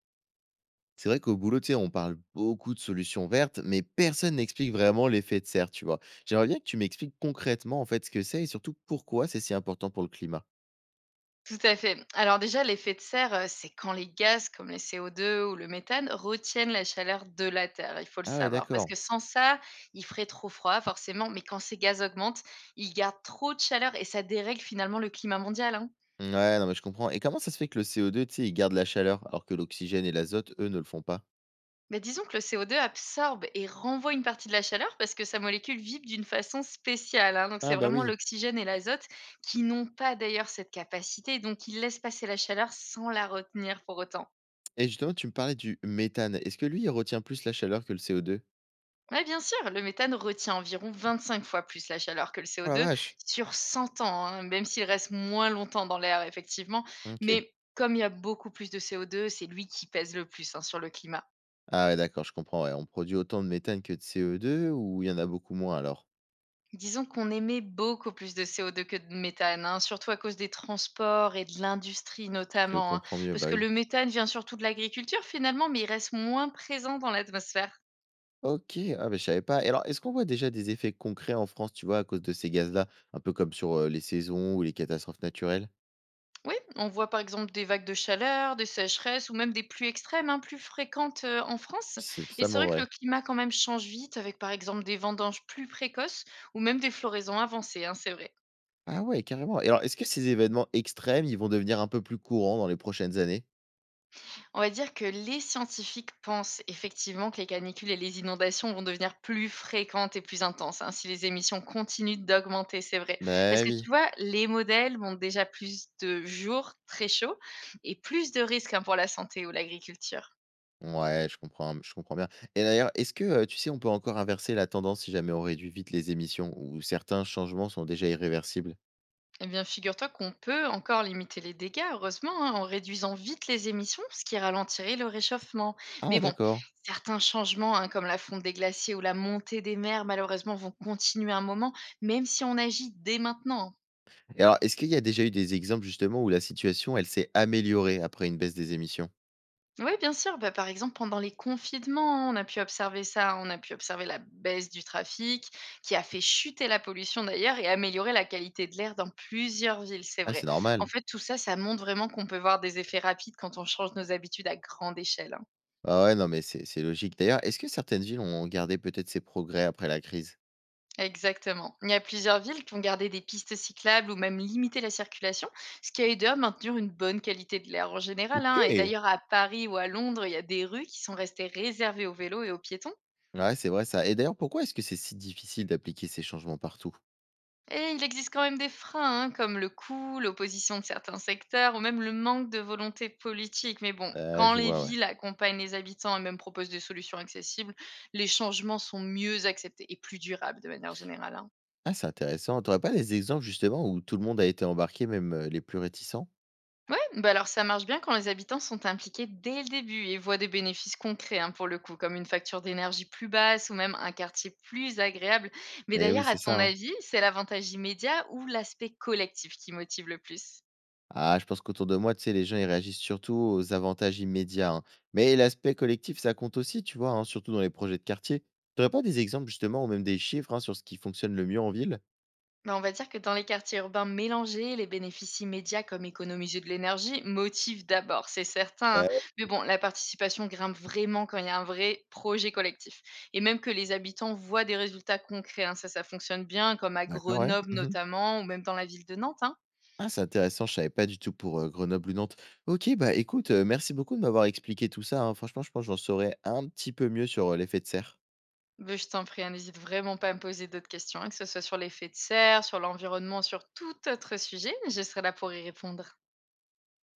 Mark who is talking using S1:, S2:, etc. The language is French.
S1: C'est vrai qu'au boulot, tu sais, on parle beaucoup de solutions vertes, mais personne n'explique vraiment l'effet de serre, tu vois. J'aimerais bien que tu m'expliques concrètement, en fait, ce que c'est et surtout pourquoi c'est si important pour le climat.
S2: Tout à fait. Alors déjà, l'effet de serre, c'est quand les gaz comme les CO2 ou le méthane retiennent la chaleur de la Terre, il faut le
S1: Ah ouais,
S2: savoir. Parce
S1: d'accord.
S2: que sans ça, il ferait trop froid forcément, mais quand ces gaz augmentent, ils gardent trop de chaleur et ça dérègle finalement le climat mondial, hein.
S1: Ouais, non, mais je comprends. Et comment ça se fait que le CO2, tu sais, il garde la chaleur, alors que l'oxygène et l'azote, eux, ne le font pas?
S2: Mais disons que le CO2 absorbe et renvoie une partie de la chaleur parce que sa molécule vibre d'une façon spéciale, hein. Donc
S1: Ah
S2: c'est
S1: bah
S2: vraiment
S1: oui.
S2: l'oxygène et l'azote qui n'ont pas d'ailleurs cette capacité, donc ils laissent passer la chaleur sans la retenir pour autant.
S1: Et justement, tu me parlais du méthane. Est-ce que lui, il retient plus la chaleur que le CO2?
S2: Oui, bien sûr, le méthane retient environ 25 fois plus la chaleur que le
S1: Oh la
S2: CO2
S1: vache.
S2: sur 100 ans, hein, même s'il reste moins longtemps dans l'air, effectivement.
S1: Ok.
S2: Mais comme il y a beaucoup plus de CO2, c'est lui qui pèse le plus, hein, sur le climat.
S1: Ah ouais, d'accord, je comprends. Ouais. On produit autant de méthane que de CO2, ou il y en a beaucoup moins alors?
S2: Disons qu'on émet beaucoup plus de CO2 que de méthane, hein, surtout à cause des transports et de l'industrie
S1: Je
S2: notamment, hein,
S1: comprends mieux,
S2: parce
S1: bah
S2: que
S1: oui.
S2: le méthane vient surtout de l'agriculture finalement, mais il reste moins présent dans l'atmosphère.
S1: OK, ah, mais je savais pas. Et alors, est-ce qu'on voit déjà des effets concrets en France, tu vois, à cause de ces gaz-là? Un peu comme sur, les saisons ou les catastrophes naturelles?
S2: Oui, on voit par exemple des vagues de chaleur, des sécheresses ou même des pluies extrêmes, hein, plus fréquentes en France.
S1: C'est
S2: Et c'est
S1: totalement
S2: vrai que le
S1: vrai.
S2: climat quand même change vite avec par exemple des vendanges plus précoces ou même des floraisons avancées, hein, c'est vrai.
S1: Ah ouais, carrément. Et alors, est-ce que ces événements extrêmes, ils vont devenir un peu plus courants dans les prochaines années?
S2: On va dire que les scientifiques pensent effectivement que les canicules et les inondations vont devenir plus fréquentes et plus intenses, hein, si les émissions continuent d'augmenter, c'est vrai. Parce
S1: Beh,
S2: que
S1: oui.
S2: tu vois, les modèles montrent déjà plus de jours très chauds et plus de risques, hein, pour la santé ou l'agriculture.
S1: Ouais, je comprends, bien. Et d'ailleurs, est-ce que, tu sais, on peut encore inverser la tendance si jamais on réduit vite les émissions, ou certains changements sont déjà irréversibles?
S2: Eh bien, figure-toi qu'on peut encore limiter les dégâts, heureusement, hein, en réduisant vite les émissions, ce qui ralentirait le réchauffement. Mais
S1: Ah
S2: bon,
S1: d'accord.
S2: certains changements, hein, comme la fonte des glaciers ou la montée des mers, malheureusement, vont continuer un moment, même si on agit dès maintenant, hein.
S1: Et alors, est-ce qu'il y a déjà eu des exemples justement où la situation, elle s'est améliorée après une baisse des émissions?
S2: Oui, bien sûr. Bah, par exemple, pendant les confinements, on a pu observer ça. On a pu observer la baisse du trafic, qui a fait chuter la pollution d'ailleurs et améliorer la qualité de l'air dans plusieurs villes, c'est
S1: Ah, c'est
S2: vrai. En
S1: normal.
S2: fait, tout ça, ça montre vraiment qu'on peut voir des effets rapides quand on change nos habitudes à grande échelle, hein.
S1: Ah ouais, non, mais c'est logique. D'ailleurs, est-ce que certaines villes ont gardé peut-être ces progrès après la crise?
S2: Exactement. Il y a plusieurs villes qui ont gardé des pistes cyclables ou même limité la circulation, ce qui a aidé à maintenir une bonne qualité de l'air en général,
S1: Ok.
S2: hein. Et d'ailleurs, à Paris ou à Londres, il y a des rues qui sont restées réservées aux vélos et aux piétons.
S1: Ouais, c'est vrai ça. Et d'ailleurs, pourquoi est-ce que c'est si difficile d'appliquer ces changements partout?
S2: Et il existe quand même des freins, hein, comme le coût, l'opposition de certains secteurs ou même le manque de volonté politique. Mais bon, quand
S1: Je
S2: les
S1: vois, ouais.
S2: villes accompagnent les habitants et même proposent des solutions accessibles, les changements sont mieux acceptés et plus durables de manière générale, hein.
S1: Ah, c'est intéressant. T'aurais pas des exemples justement où tout le monde a été embarqué, même les plus réticents?
S2: Ouais, bah alors ça marche bien quand les habitants sont impliqués dès le début et voient des bénéfices concrets, hein, pour le coup, comme une facture d'énergie plus basse ou même un quartier plus agréable. Mais
S1: Eh oui,
S2: d'ailleurs, à
S1: c'est ça,
S2: ton
S1: hein.
S2: avis, c'est l'avantage immédiat ou l'aspect collectif qui motive le plus?
S1: Ah, je pense qu'autour de moi, tu sais, les gens, ils réagissent surtout aux avantages immédiats, hein. Mais l'aspect collectif, ça compte aussi, tu vois, hein, surtout dans les projets de quartier. T'aurais pas des exemples justement, ou même des chiffres hein, sur ce qui fonctionne le mieux en ville?
S2: Bah, on va dire que dans les quartiers urbains mélangés, les bénéfices immédiats comme économiser de l'énergie motivent d'abord, c'est certain, hein.
S1: Euh,
S2: Mais bon, la participation grimpe vraiment quand il y a un vrai projet collectif. Et même que les habitants voient des résultats concrets, hein, ça fonctionne bien, comme à
S1: D'accord, ouais.
S2: Grenoble
S1: Mhm.
S2: notamment, ou même dans la ville de Nantes, hein.
S1: Ah, c'est intéressant, je savais pas du tout pour, Grenoble ou Nantes. OK, bah, écoute, merci beaucoup de m'avoir expliqué tout ça, hein. Franchement, je pense que j'en saurais un petit peu mieux sur, l'effet de serre.
S2: Ben, je t'en prie, hein, n'hésite vraiment pas à me poser d'autres questions, hein, que ce soit sur l'effet de serre, sur l'environnement, sur tout autre sujet. Je serai là pour y répondre.